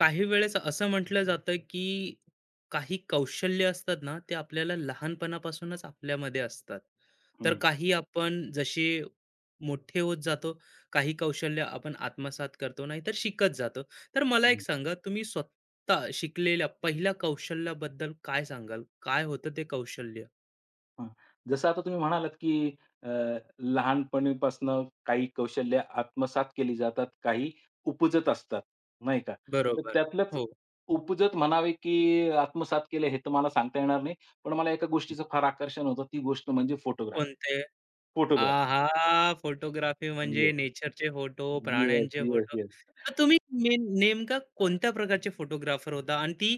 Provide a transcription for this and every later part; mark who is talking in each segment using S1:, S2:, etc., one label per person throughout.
S1: काही वेळेस असं म्हटलं जातं की काही कौशल्य असतात ना ते आपल्याला लहानपणापासूनच आपल्यामध्ये असतात. तर
S2: हं,
S1: काही आपण जसे मोठे होत जातो काही कौशल्य आपण आत्मसात करतो नाही तर शिकत जातो. तर मला एक
S2: हं.
S1: सांगा, तुम्ही स्वतः शिकलेल्या पहिल्या कौशल्याबद्दल काय सांगाल? काय होतं ते कौशल्य?
S2: हां. जसं आता तुम्ही म्हणालात, की अ, लहानपणीपासनं काही कौशल्य आत्मसात केली जातात, काही उपजत असतात, नाही का? तर
S1: बरोबर.
S2: त्यातलंच
S1: हो.
S2: उपजत म्हणावे, की आत्मसात केले हे तर मला सांगता येणार नाही. पण मला एका गोष्टीचं फार आकर्षण होतं, ती गोष्ट म्हणजे फोटोग्राफी.
S1: कोणते?
S2: फोटोग्राफी.
S1: आहा! फोटोग्राफी म्हणजे
S2: येस,
S1: नेचरचे फोटो,
S2: येस,
S1: प्राण्यांचे
S2: येस,
S1: फोटो.
S2: येस.
S1: तर तुम्ही नेमका कोणत्या प्रकारचे फोटोग्राफर होता? आणि ती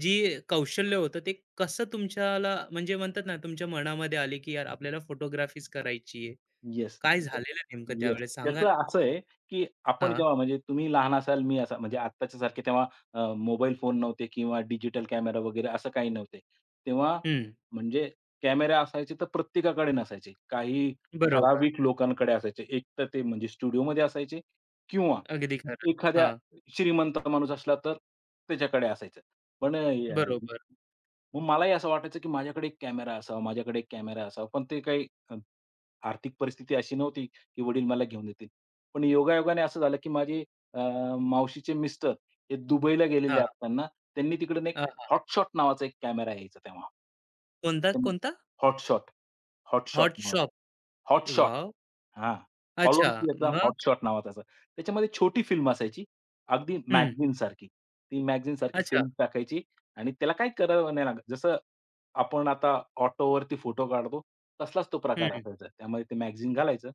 S1: जी कौशल्य होतं ते कसं तुमच्याला म्हणजे म्हणतात ना, तुमच्या मनामध्ये आले, की यार आपल्याला फोटोग्राफीच करायची आहे.
S2: येस.
S1: काय झालेलं नेमकं
S2: येस.
S1: त्यावेळेस सांगा
S2: त्याचं
S1: ना?
S2: असं आहे, की आपण
S1: हां.
S2: जेव्हा म्हणजे तुम्ही लहान असाल, मी असा म्हणजे आत्ताच्या सारखे तेव्हा मोबाईल फोन नव्हते किंवा डिजिटल कॅमेरा वगैरे असं काही नव्हते. तेव्हा
S1: हं.
S2: म्हणजे कॅमेरा असायचे तर प्रत्येकाकडे नसायचे. काही
S1: बरोबर.
S2: ठराविक लोकांकडे असायचे. एक तर ते म्हणजे स्टुडिओमध्ये असायचे किंवा
S1: अगदी खरं.
S2: एखाद्या
S1: हां.
S2: श्रीमंत माणूस असला तर त्याच्याकडे असायचं. पण
S1: बरोबर.
S2: मग मलाही असं वाटायचं, की माझ्याकडे एक कॅमेरा असावा, माझ्याकडे एक कॅमेरा असावा. पण ते काही आर्थिक परिस्थिती अशी नव्हती, की वडील मला घेऊन देतील. पण योगायोगाने असं झालं, की माझे अ, मावशीचे मिस्टर हे दुबईला गेलेले
S1: हां.
S2: असताना त्यांनी तिकडून एक
S1: हां, हां.
S2: हॉटशॉट नावाचा एक कॅमेरा यायचा तेव्हा.
S1: कोणता, कोणता?
S2: हॉटशॉट, हॉटशॉट,
S1: हॉट
S2: नावा
S1: शॉप.
S2: हॉटशॉट.
S1: वॉव!
S2: हां.
S1: अच्छा.
S2: ऑलिम्पियाचा हॉट
S1: मग?
S2: शॉट नावाचा असा. त्याच्यामध्ये छोटी फिल्म असायची. अगदी
S1: हं.
S2: मॅगझीनसारखी. ती मॅगझीनसारखी
S1: अच्छा.
S2: फिल्म टाकायची आणि त्याला काही करावं नाही लागत. जसं आपण आता ऑटोवरती फोटो काढतो, तसलाच तो प्रकार
S1: हं.
S2: असायचा. त्यामध्ये ते मॅगझीन घालायचं,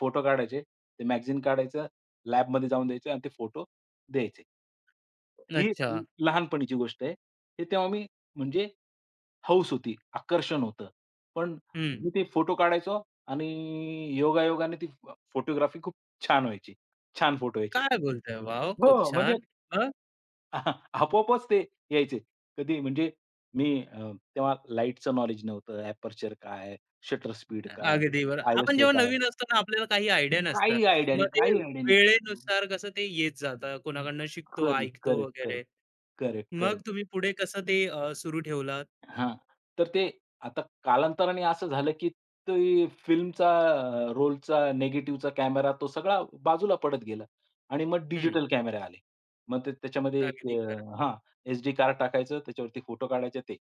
S2: फोटो काढायचे, ते मॅगझीन काढायचं, लॅबमध्ये जाऊन द्यायचं आणि ते फोटो द्यायचे. ही
S1: अच्छा.
S2: ल लहानपणीची गोष्ट आहे. हे तेव्हा मी म्हणजे हौस होती, आकर्षण होतं. पण
S1: हं.
S2: मी ते फोटो काढायचो आणि योगायोगाने ती फ फोटोग्राफी खूप छान व्हायची. छान फोटो यायचे.
S1: काय बोलताय? वॉव! खूप
S2: हो, म्हणजे
S1: छान. मग?
S2: आपोआपच ते यायचे. कधी म्हणजे तेव्हा लाईटचं नॉलेज नव्हतं. एपर्चर काय? शटर स्पीड काय?
S1: अगदी बरं. आपण
S2: आयएसओ
S1: जेव्हा
S2: काय?
S1: नवीन असतो ना, आपल्याला काही आयडिया नसतं.
S2: काही आयडिया
S1: मग
S2: नाही,
S1: ते
S2: काही आयडिया नाही.
S1: वेळेनुसार कसं ते येत जातं. कोणाकडनं शिकतो,
S2: करेक्ट,
S1: ऐकतो
S2: करेक्ट,
S1: वगैरे.
S2: करेक्ट,
S1: मग
S2: करेक्ट.
S1: तुम्ही पुढे कसं ते सुरू ठेवलात?
S2: हां. तर ते आता कालांतराने असं झालं, की ते फिल्मचा रोलचा निगेटिव्हचा कॅमेरा तो सगळा बाजूला पडत गेला आणि मग
S1: हं.
S2: डिजिटल कॅमेरे आले. मग ते त्याच्यामध्ये
S1: अगदी खरं.
S2: हां, एसडी कार्ड टाकायचं, त्याच्यावरती फोटो काढायचे ते.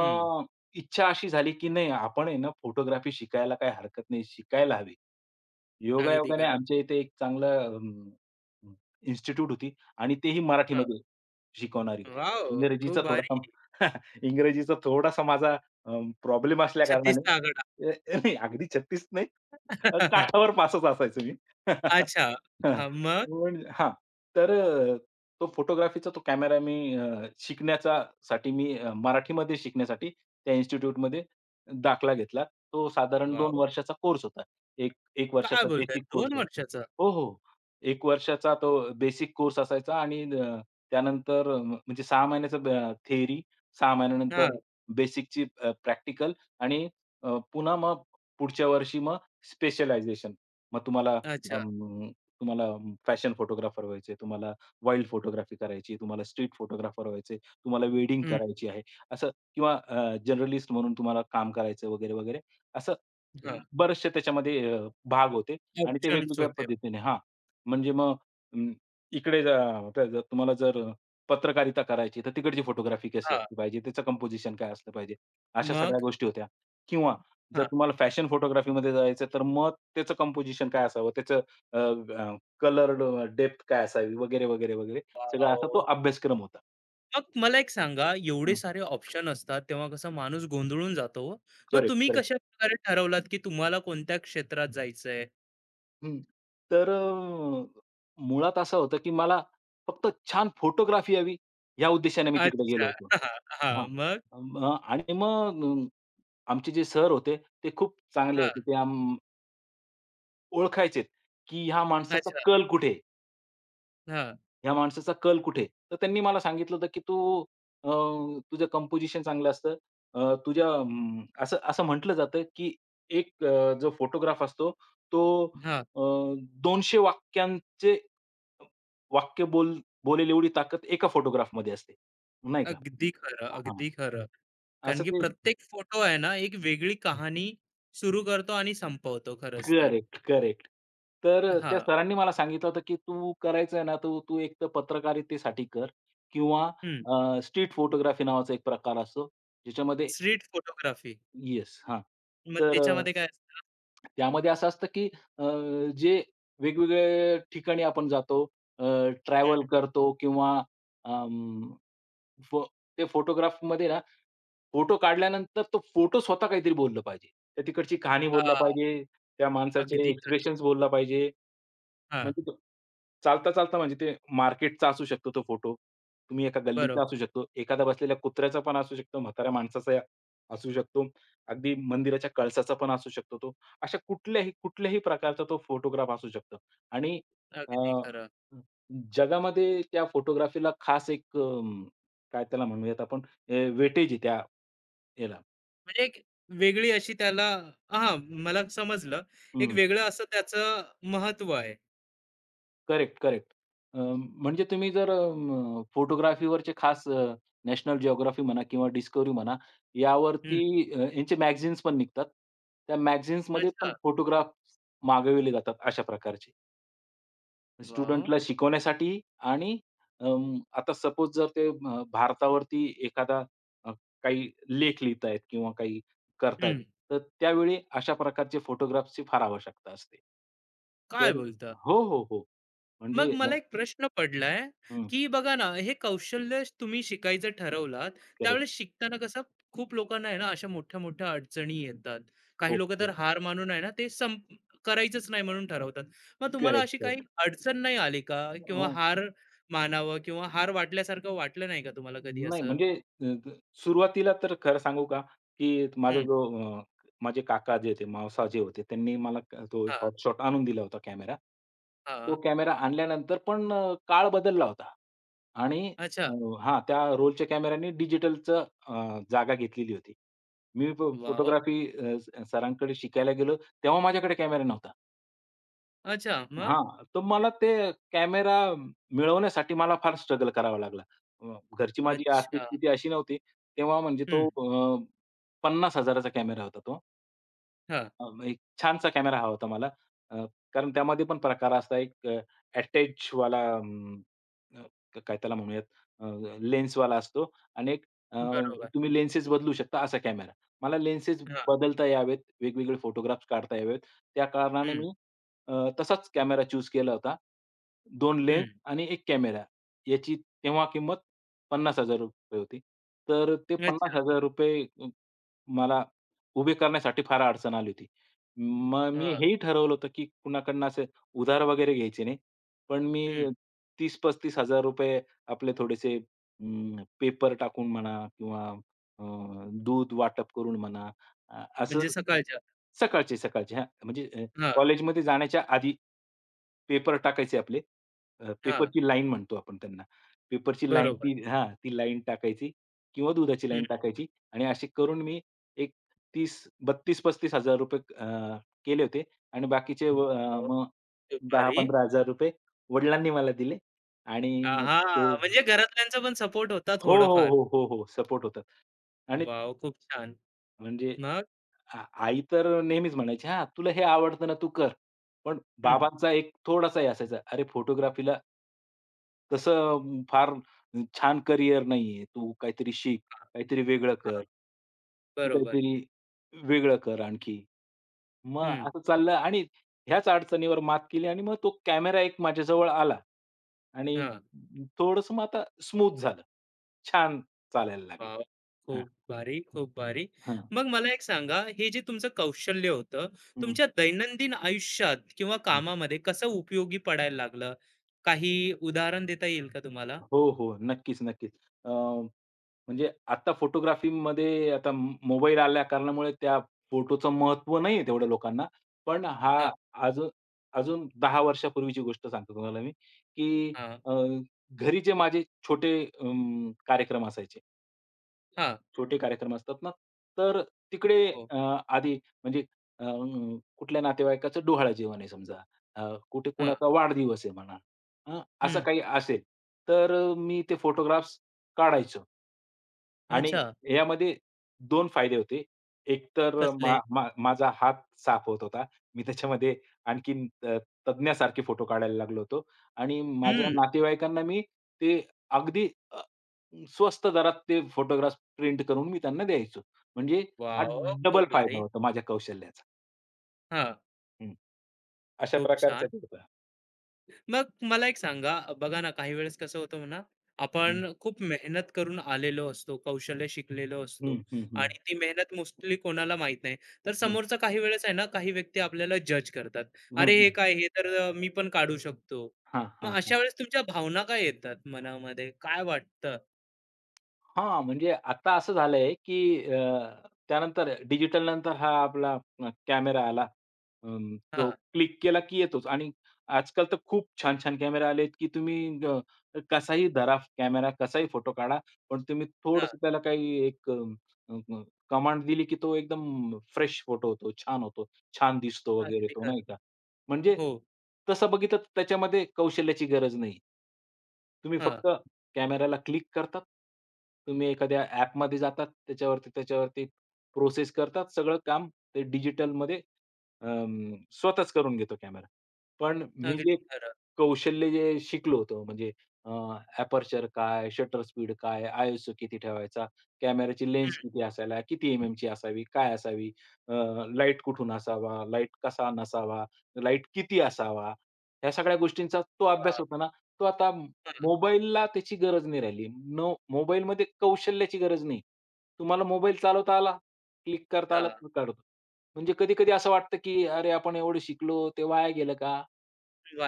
S1: हं.
S2: इच्छा अशी झाली, की नाही आपण आहे ना फोटोग्राफी शिकायला काही हरकत नाही, शिकायला हवी.
S1: अगदी
S2: योगायोगाने
S1: खरं.
S2: आमच्या इथे एक चांगलं इन्स्टिट्यूट होती आणि तेही
S1: हां.
S2: मराठीमध्ये शिकवणारी होती.
S1: वॉव! खूप
S2: इंग्रजीचा थोडासा
S1: भारी.
S2: इंग्रजीचा थोडासा माझा अ, प्रॉब्लेम असल्या कारणाने
S1: 36चा आकडा.
S2: नाही अगदी 36 नाही, काठावर पासच असायचो मी.
S1: अच्छा.
S2: हां.
S1: हां, मग?
S2: पण हां, तर अ, तो फोटोग्राफीचा तो कॅमेरा मी शिकण्याचा साठी मी मराठीमध्ये शिकण्यासाठी त्या इन्स्टिट्यूटमध्ये दाखला घेतला. तो साधारण 2
S1: वॉव!
S2: वर्षाचा कोर्स होता. एक 1
S1: काय
S2: वर्षाचा
S1: बोलताय?
S2: बेसिक
S1: 2
S2: कोर्स
S1: वर्षाचा?
S2: हो, हो. 1 वर्षाचा तो बेसिक कोर्स असायचा आणि त्यानंतर म्हणजे 6 महिन्याचा ब 6 महिन्यानंतर
S1: हां.
S2: बेसिकची प्रॅक्टिकल आणि पुन्हा मग पुढच्या वर्षी मग स्पेशलायझेशन. मग
S1: अच्छा.
S2: अं, तुम्हाला फॅशन फोटोग्राफर व्हायचंय, तुम्हाला वाईल्ड फोटोग्राफी करायची, तुम्हाला स्ट्रीट फोटोग्राफर व्हायचंय, तुम्हाला वेडिंग
S1: हं.
S2: करायची आहे. असं किंवा जर्नलिस्ट म्हणून तुम्हाला काम करायचं वगैरे, वगैरे असं
S1: हां.
S2: बरेचसे त्याच्यामध्ये भाग होते आणि ते
S1: ऑप्शन्स
S2: वेगवेगळ्या
S1: होते.
S2: पद्धतीने हां, म्हणजे मग अं, इकडे जा आता जर तुम्हाला पत्रकारिता करायची, तर तिकडची फोटोग्राफी कशी
S1: हां.
S2: असली पाहिजे, त्याचं कंपोझिशन काय असलं पाहिजे, अशा सगळ्या
S1: मग?
S2: गोष्टी होत्या. किंवा जर तुम्हाला फॅशन फोटोग्राफीमध्ये जायचं, तर मग त्याचं कंपोझिशन काय असावं, त्याचं अ, डेप्थ काय असावी वगैरे, वगैरे, वगैरे सगळा असा तो
S1: वॉव!
S2: अभ्यासक्रम होता.
S1: मग मला एक सांगा, एवढे सारे ऑप्शन असतात, तेव्हा कसं माणूस गोंधळून जातो हो. मग
S2: करेक्ट,
S1: तुम्ही
S2: करेक्ट.
S1: कशाप्रकारे ठरवलात, की तुम्हाला कोणत्या क्षेत्रात जायचंय?
S2: तर अ, मुळात असं होतं, की मला फक्त छान फोटोग्राफी यावी या उद्देशाने मी तिकडे
S1: अच्छा.
S2: गेलो होतो.
S1: हां, हां.
S2: हां.
S1: मग?
S2: आणि मग आमचे जे सर होते, ते खूप चांगले
S1: हां.
S2: होते. ते ओळखायचेत, की ह्या माणसाचा
S1: अच्छा.
S2: कल कुठे
S1: हां,
S2: ह्या माणसाचा कल कुठे आहे? तर त्यांनी मला सांगितलं होतं, की अ, तुझं कंपोझिशन चांगलं असतं. असं असं म्हटलं जातं, की जो फोटोग्राफ असतो तो
S1: हां.
S2: अ, 200 वाक्यांचे वाक्य बोलेल एवढी ताकद एका फोटोग्राफमध्ये असते, नाही का?
S1: अगदी खरं,
S2: हां,
S1: अगदी खरं. कारण
S2: असं
S1: की
S2: ते
S1: प्रत्येक फोटो आहे ना, एक वेगळी कहाणी सुरू करतो आणि संपवतो खरंच तर.
S2: Correct, correct. त्या
S1: हां.
S2: सरांनी मला सांगितलं होतं, की "तू करायचं आहे ना, तू तू एकतर पत्रकारितेसाठी कर किंवा
S1: हं.
S2: स्ट्रीट फोटोग्राफी नावाचा एक प्रकार असतो, ज्याच्यामध्ये".
S1: Street photography.
S2: येस, हां.
S1: मग
S2: तर अ,
S1: त्याच्यामध्ये काय असतं?
S2: त्यामध्ये असं असतं, की अ, जे वेगवेगळ्या ठिकाणी आपण जातो, अ,
S1: हं.
S2: ट्रॅव्हल करतो किंवा अं, फो ते फोटोग्राफमध्ये ना फोटो काढल्यानंतर तो फोटो स्वतः काहीतरी बोललं पाहिजे. त्या तिकडची कहाणी बोलला
S1: हां.
S2: पाहिजे, त्या माणसाचे
S1: अगदी खरं.
S2: एक्सप्रेशन्स बोलला पाहिजे.
S1: हां.
S2: म्हणजे तो चालता, चालता म्हणजे ते मार्केटचा असू शकतो तो फोटो. तुम्ही एका गल्लीचा
S1: बरोबर.
S2: असू शकतो. एखादा बसलेल्या कुत्र्याचा पण असू शकतो, म्हाताऱ्या माणसाचा असू शकतो. अगदी मंदिराच्या कळसाचा पण असू शकतो तो. अशा कुठल्याही, कुठल्याही प्रकारचा तो फोटोग्राफ असू शकतो. आणि अ,
S1: अगदी खरं.
S2: जगामध्ये त्या फोटोग्राफीला खास एक काय त्याला म्हणूयात आपण वेटेज आहे त्या याला.
S1: म्हणजे एक वेगळी अशी त्याला हां, मला समजलं. एक
S2: हं.
S1: वेगळं असं त्याचं महत्त्व आहे.
S2: Correct, correct. म्हणजे तुम्ही जर फोटोग्राफीवरचे खास नॅशनल जिओग्राफी म्हणा किंवा डिस्कव्हरी म्हणा,
S1: हं.
S2: यावरती यांचे मॅगझिन्स पण निघतात. त्या मॅगझिन्समध्ये पण
S1: अच्छा.
S2: फोटोग्राफ्स मागविले जातात अशा प्रकारचे.
S1: वाह!
S2: स्टुडंटला शिकवण्यासाठी आणि आता सपोज जर ते भारतावरती एखादा अ, काही लेख लिहितायत किंवा काही करतायत,
S1: हं.
S2: तर त्यावेळी अशा प्रकारचे फोटोग्राफ्सची फार आवश्यकता असते.
S1: काय
S2: तर
S1: बोलता?
S2: हो, हो, हो.
S1: मग
S2: म्हणजे
S1: मला एक प्रश्न पडलाय,
S2: हं,
S1: की बघा ना, हे कौशल्य तुम्ही शिकायचं ठरवलात,
S2: करेक्ट.
S1: त्यावेळेस शिकताना कसं खूप लोकांना आहे ना, अशा मोठ्या-मोठ्या अडचणी येतात. काही
S2: हो,
S1: लोकं
S2: हो.
S1: तर हार मानून आहे ना, ते संप करायचंच नाही म्हणून ठरवतात. मग तुम्हाला
S2: करेक्ट,
S1: अशी काही
S2: करेक्ट.
S1: अडचण नाही आली का? किंवा
S2: अ,
S1: हार मानावं किंवा हार वाटल्यासारखं वाटलं नाही का तुम्हाला कधी
S2: नाही
S1: असं?
S2: म्हणजे अ, द सुरुवातीला तर खरं सांगू का, की अ, माझे काका जे होते, मावसा जे होते, त्यांनी मला तो
S1: हां,
S2: हॉटशॉट आणून दिला होता कॅमेरा. तो
S1: हां.
S2: कॅमेरा आणल्यानंतर पण काळ बदलला होता आणि अ,
S1: अच्छा.
S2: हां, त्या रोलच्या कॅमेऱ्याने डिजिटलचं जागा घेतलेली होती. मी
S1: वॉव!
S2: फोटोग्राफी अ, स सरांकडे शिकायला गेलो, तेव्हा माझ्याकडे कॅमेरा नव्हता.
S1: अच्छा मग?
S2: हां, तर मला ते कॅमेरा मिळवण्यासाठी मला फार स्ट्रगल करावा लागला. घरची माझी आर्थिक
S1: अच्छा.
S2: स्थिती अशी नव्हती. तेव्हा म्हणजे
S1: हं.
S2: तो अ, 50,000 चा कॅमेरा होता तो.
S1: हां.
S2: एक छानसा कॅमेरा हवा होता मला. अ, कारण त्यामध्ये पण प्रकार असा एक अ, वाला अं, अ, काय त्याला म्हणूयात अ, लेन्सवाला असतो आणि एक अ,
S1: बरोबर.
S2: तुम्ही लेन्सेस बदलू शकता असा कॅमेरा. मला लेन्सेस
S1: हां.
S2: बदलता यावेत, वेगवेगळे फोटोग्राफ्स काढता यावेत, त्या कारणाने
S1: हं,
S2: मी अ, तसाच कॅमेरा चूज केला होता. दोन लेन्स
S1: हं.
S2: आणि 1 कॅमेरा याची तेव्हा किंमत ₹50,000 होती. तर ते
S1: अच्छा.
S2: ₹50,000 मला उभी करण्यासाठी फार अडचण आली होती. मग मी
S1: हां.
S2: हेही ठरवलं होतं, की कुणाकडनं असे उधार वगैरे घ्यायचे नाही. पण मी
S1: हं.
S2: 30,000-35,000 आपले थोडेसे पेपर टाकून म्हणा किंवा अ, दूध वाटप करून म्हणा असं
S1: म्हणजे सकाळच्या.
S2: सकाळचे, सकाळचे हां, म्हणजे
S1: हां,
S2: कॉलेजमध्ये जाण्याच्या आधी पेपर टाकायचे आपले.
S1: हां.
S2: पेपरची लाईन म्हणतो आपण त्यांना. पेपरची लाईन
S1: बरोबर.
S2: ती हां, ती लाईन टाकायची किंवा दुधाची लाईन
S1: हं.
S2: टाकायची आणि अशी करून मी एक 30 ₹32,000-₹35,000 केले होते आणि बाकीचे
S1: वॉव!
S2: मग
S1: दुपारी.
S2: ₹10,000-15,000 वडिलांनी मला दिले आणि मग
S1: आहा!
S2: तो
S1: म्हणजे घरातल्यांचा पण सपोर्ट होता
S2: हो, हो,
S1: थोडंफार.
S2: हो, हो, हो. सपोर्ट होता आणि
S1: वॉव! खूप छान.
S2: म्हणजे
S1: मग?
S2: आई तर नेहमीच म्हणायची, "हां, तुला हे आवडतं ना, तू कर." पण
S1: हं.
S2: बाबांचा एक थोडासाही असायचा, "अरे, फोटोग्राफीला तसं फार छान करियर नाहीये. तू काहीतरी शिक,
S1: हां,
S2: काहीतरी वेगळं
S1: हां.
S2: कर. तू
S1: बरोबर.
S2: काहीतरी वेगळं कर आणखी." मग
S1: हं.
S2: असं चाललं आणि ह्याच अडचणीवर मात केली आणि मग तो कॅमेरा एक माझ्याजवळ आला आणि
S1: हां.
S2: थोडंसं मग आता स्मूथ झालं. छान चालायला लागलं.
S1: वॉव!
S2: हां,
S1: खूप भारी, खूप भारी.
S2: हां.
S1: मग मला एक सांगा, हे जे तुमचं कौशल्य होतं,
S2: हं.
S1: तुमच्या दैनंदिन आयुष्यात किंवा कामामध्ये कसं उपयोगी पडायला लागलं? काही उदाहरण देता येईल का तुम्हाला?
S2: हो, हो. नक्कीच, नक्कीच. अ, म्हणजे आता फोटोग्राफीमध्ये आता मोबाईल आल्या कारणामुळे त्या फोटोचं महत्त्व नाहीये तेवढं लोकांना. पण
S1: हां,
S2: हा अजून अजून 10 वर्षापूर्वीची गोष्ट सांगतो तुम्हाला मी, की
S1: हां,
S2: अ, घरी जे माझे छोटे कार्यक्रम असायचे.
S1: हां.
S2: छोटे कार्यक्रम असतात ना, तर तिकडे
S1: हो, हो.
S2: अ, आधी म्हणजे अ, कुठल्या नातेवाईकाचं डोहाळं जेवण आहे समजा, अ, कुठे
S1: हां.
S2: कुणाचा वाढदिवस आहे म्हणा, हं, असं
S1: हं.
S2: काही असेल, तर मी ते फोटोग्राफ्स काढायचो आणि
S1: अच्छा.
S2: यामध्ये दोन फायदे होते. एक तर अ,
S1: कसले?
S2: मा मा माझा हात साफ होत होता. मी त्याच्यामध्ये आणखीन तज्ञासारखे फोटो काढायला लागलो होतो आणि माझ्या
S1: हं.
S2: नातेवाईकांना मी ते अगदी स्वस्त दरात ते फोटोग्राफ्स प्रिंट करून मी त्यांना द्यायचो. म्हणजे हा
S1: वॉव! खूप
S2: डबल फायदा
S1: भारी.
S2: होता माझ्या कौशल्याचा.
S1: हां.
S2: हं. अशा
S1: खूप छान.
S2: प्रकारचं ते होतं.
S1: मग मला एक सांगा, बघा ना, काही वेळेस कसं होतं म्हणा,
S2: हं.
S1: आपण खूप मेहनत करून आलेलो असतो, कौशल्य शिकलेलो
S2: हं,
S1: असतो
S2: हं, हं.
S1: आणि ती मेहनत मोस्टली कोणाला माहीत नाही. तर
S2: हं.
S1: समोरचा काही वेळेस आहे ना, काही व्यक्ती आपल्याला जज करतात.
S2: हं,
S1: "अरे, हे
S2: हं.
S1: काय? हे तर मी पण काढू शकतो."
S2: हां,
S1: मग
S2: हां,
S1: अशा
S2: हां.
S1: वेळेस तुमच्या भावना काय येतात मनामध्ये? काय वाटतं?
S2: हां, म्हणजे आता असं झालंय, की त्यानंतर डिजिटल नंतर हा आपला कॅमेरा आला. तो
S1: हां,
S2: क्लिक केला की येतोच आणि आजकाल तर खूप छान-छान कॅमेरा आलेत, की तुम्ही कसाही धरा कॅमेरा, कसाही फोटो काढा, पण तुम्ही
S1: हां.
S2: थोडंसं त्याला काही एक कमांड दिली, की तो एकदम फ्रेश फोटो होतो, छान होतो, छान दिसतो वगैरे
S1: अगदी
S2: तो,
S1: खरं.
S2: नाही का? म्हणजे
S1: हो.
S2: तसं बघितलं तर त्याच्यामध्ये कौशल्याची गरज नाही. तुम्ही
S1: हां,
S2: फक्त कॅमेराला क्लिक करतात. तुम्ही एखाद्या ॲपमध्ये जातात. त्याच्यावरती, त्याच्यावरती प्रोसेस करतात. सगळं काम ते डिजिटलमध्ये अं, स्वतःच करून घेतो कॅमेरा. पण मी जे
S1: अगदी खरं.
S2: कौशल्य जे शिकलो होतो म्हणजे अ, एपर्चर काय, शटर स्पीड काय, आयएसओ किती ठेवायचा, कॅमेराची लेन्स
S1: हं,
S2: किती असायला, किती एमएमची असावी, काय असावी, लाईट कुठून असावा, लाईट कसा नसावा, लाईट किती असावा, ह्या सगळ्या गोष्टींचा तो अभ्यास
S1: हां,
S2: होता ना, तो आता
S1: हं,
S2: मोबाईलला त्याची गरज नाही राहिली. नो मोबाईलमध्ये कौशल्याची गरज नाही. तुम्हाला मोबाईल चालवता आला, क्लिक करता आलं
S1: हां.
S2: तर काढतो. म्हणजे कधी-कधी असं वाटतं, की अरे आपण एवढं शिकलो, ते वाया गेलं का?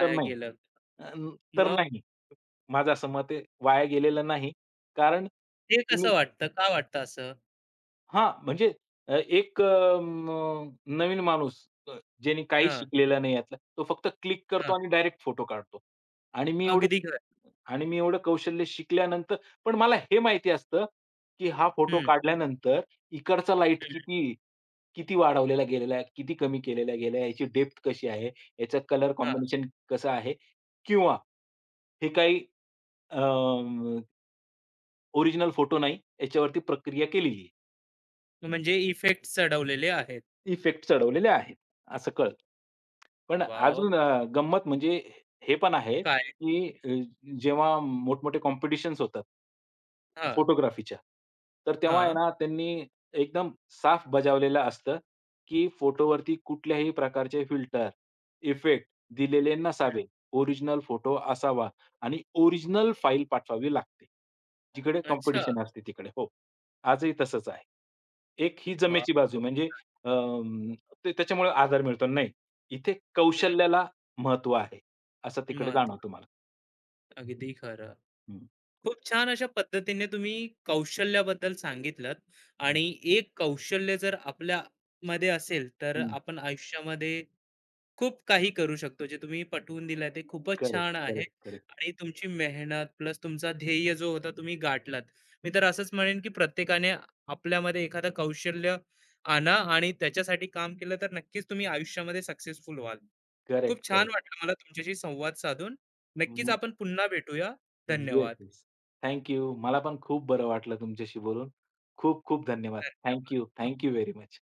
S2: तर नाही.
S1: गेलं.
S2: अ, तर
S1: मग
S2: नाही. माझं असं मत आहे वाया गेलेलं नाही. कारण
S1: ते
S2: तुम्ही
S1: कसं वाटतं? का वाटतं असं?
S2: हां, म्हणजे अ, एक अ, म नवीन माणूस अ, ज्याने काही
S1: हां,
S2: शिकलेला नाही यातला, तो फक्त क्लिक करतो
S1: हां.
S2: आणि डायरेक्ट फोटो काढतो. आणि मी एवढं
S1: अगदी खरं.
S2: आणि मी एवढं कौशल्य शिकल्यानंतर पण मला हे माहिती असतं, की हा फोटो
S1: हं,
S2: काढल्यानंतर इकडचा लाईट
S1: हं.
S2: किती किती वाढवलेला गेलेला आहे, किती कमी केलेला गेला आहे, याची डेप्थ कशी आहे, याचा कलर
S1: हां,
S2: कॉम्बिनेशन कसं आहे किंवा हे काही ओरिजिनल फोटो नाही, याच्यावरती प्रक्रिया केलेली आहे.
S1: म्हणजे इफेक्ट चढवलेले आहेत.
S2: इफेक्ट चढवलेले आहेत, असं कळतं. पण
S1: वॉव!
S2: अजून अ, गंमत म्हणजे हे पण आहे,
S1: काय?
S2: की जेव्हा मोठमोठे कॉम्पिटिशन्स होतात,
S1: हां,
S2: फोटोग्राफीच्या. तर तेव्हा आहे
S1: हां.
S2: ना, त्यांनी एकदम साफ बजावलेलं असतं, की फोटोवरती कुठल्याही प्रकारचे फिल्टर, इफेक्ट दिलेले नसावे. ओरिजिनल फोटो असावा आणि ओरिजिनल फाईल पाठवावी लागते. जिकडे
S1: हं, अच्छा.
S2: कॉम्पिटिशन असते तिकडे. हो. आजही तसंच आहे. एक ही
S1: वॉव!
S2: जमेची बाजू आहे.
S1: खूप
S2: म्हणजे अं, ते त्याच्यामुळे आधार मिळतो. नाही, इथे
S1: हं,
S2: कौशल्याला महत्त्व आहे, असं तिकडे
S1: महत्त्व.
S2: जाणवतं मला.
S1: अगदी खरं.
S2: हं,
S1: खूप छान अशा पद्धतीने तुम्ही कौशल्याबद्दल सांगितलत आणि एक कौशल्य जर आपल्यामध्ये असेल, तर आपण आयुष्यामध्ये खूप काही करू शकतो. जे तुम्ही पटवून दिलंय ते खूपच
S2: करेक्ट,
S1: छान आहे
S2: करेक्ट, करेक्ट,
S1: आणि तुमची मेहनत प्लस तुमचा ध्येय जो होता तुम्ही गाठलात. मी तर असंच म्हणेन, की प्रत्येकाने आपल्यामध्ये एखादं कौशल्य आणा आणि त्याच्यासाठी काम केलं तर नक्कीच तुम्ही आयुष्यामध्ये सक्सेसफुल व्हाल. खूप
S2: करेक्ट,
S1: छान
S2: करेक्ट.
S1: वाटलं मला तुमच्याशी संवाद साधून. नक्कीच आपण पुन्हा भेटूया.
S2: येस,
S1: धन्यवाद.
S2: येस. Thank you. मला पण खूप बरं वाटलं तुमच्याशी बोलून. खूप खूप धन्यवाद. Thank you. थँक यू
S1: धन्यवाद.
S2: Very much.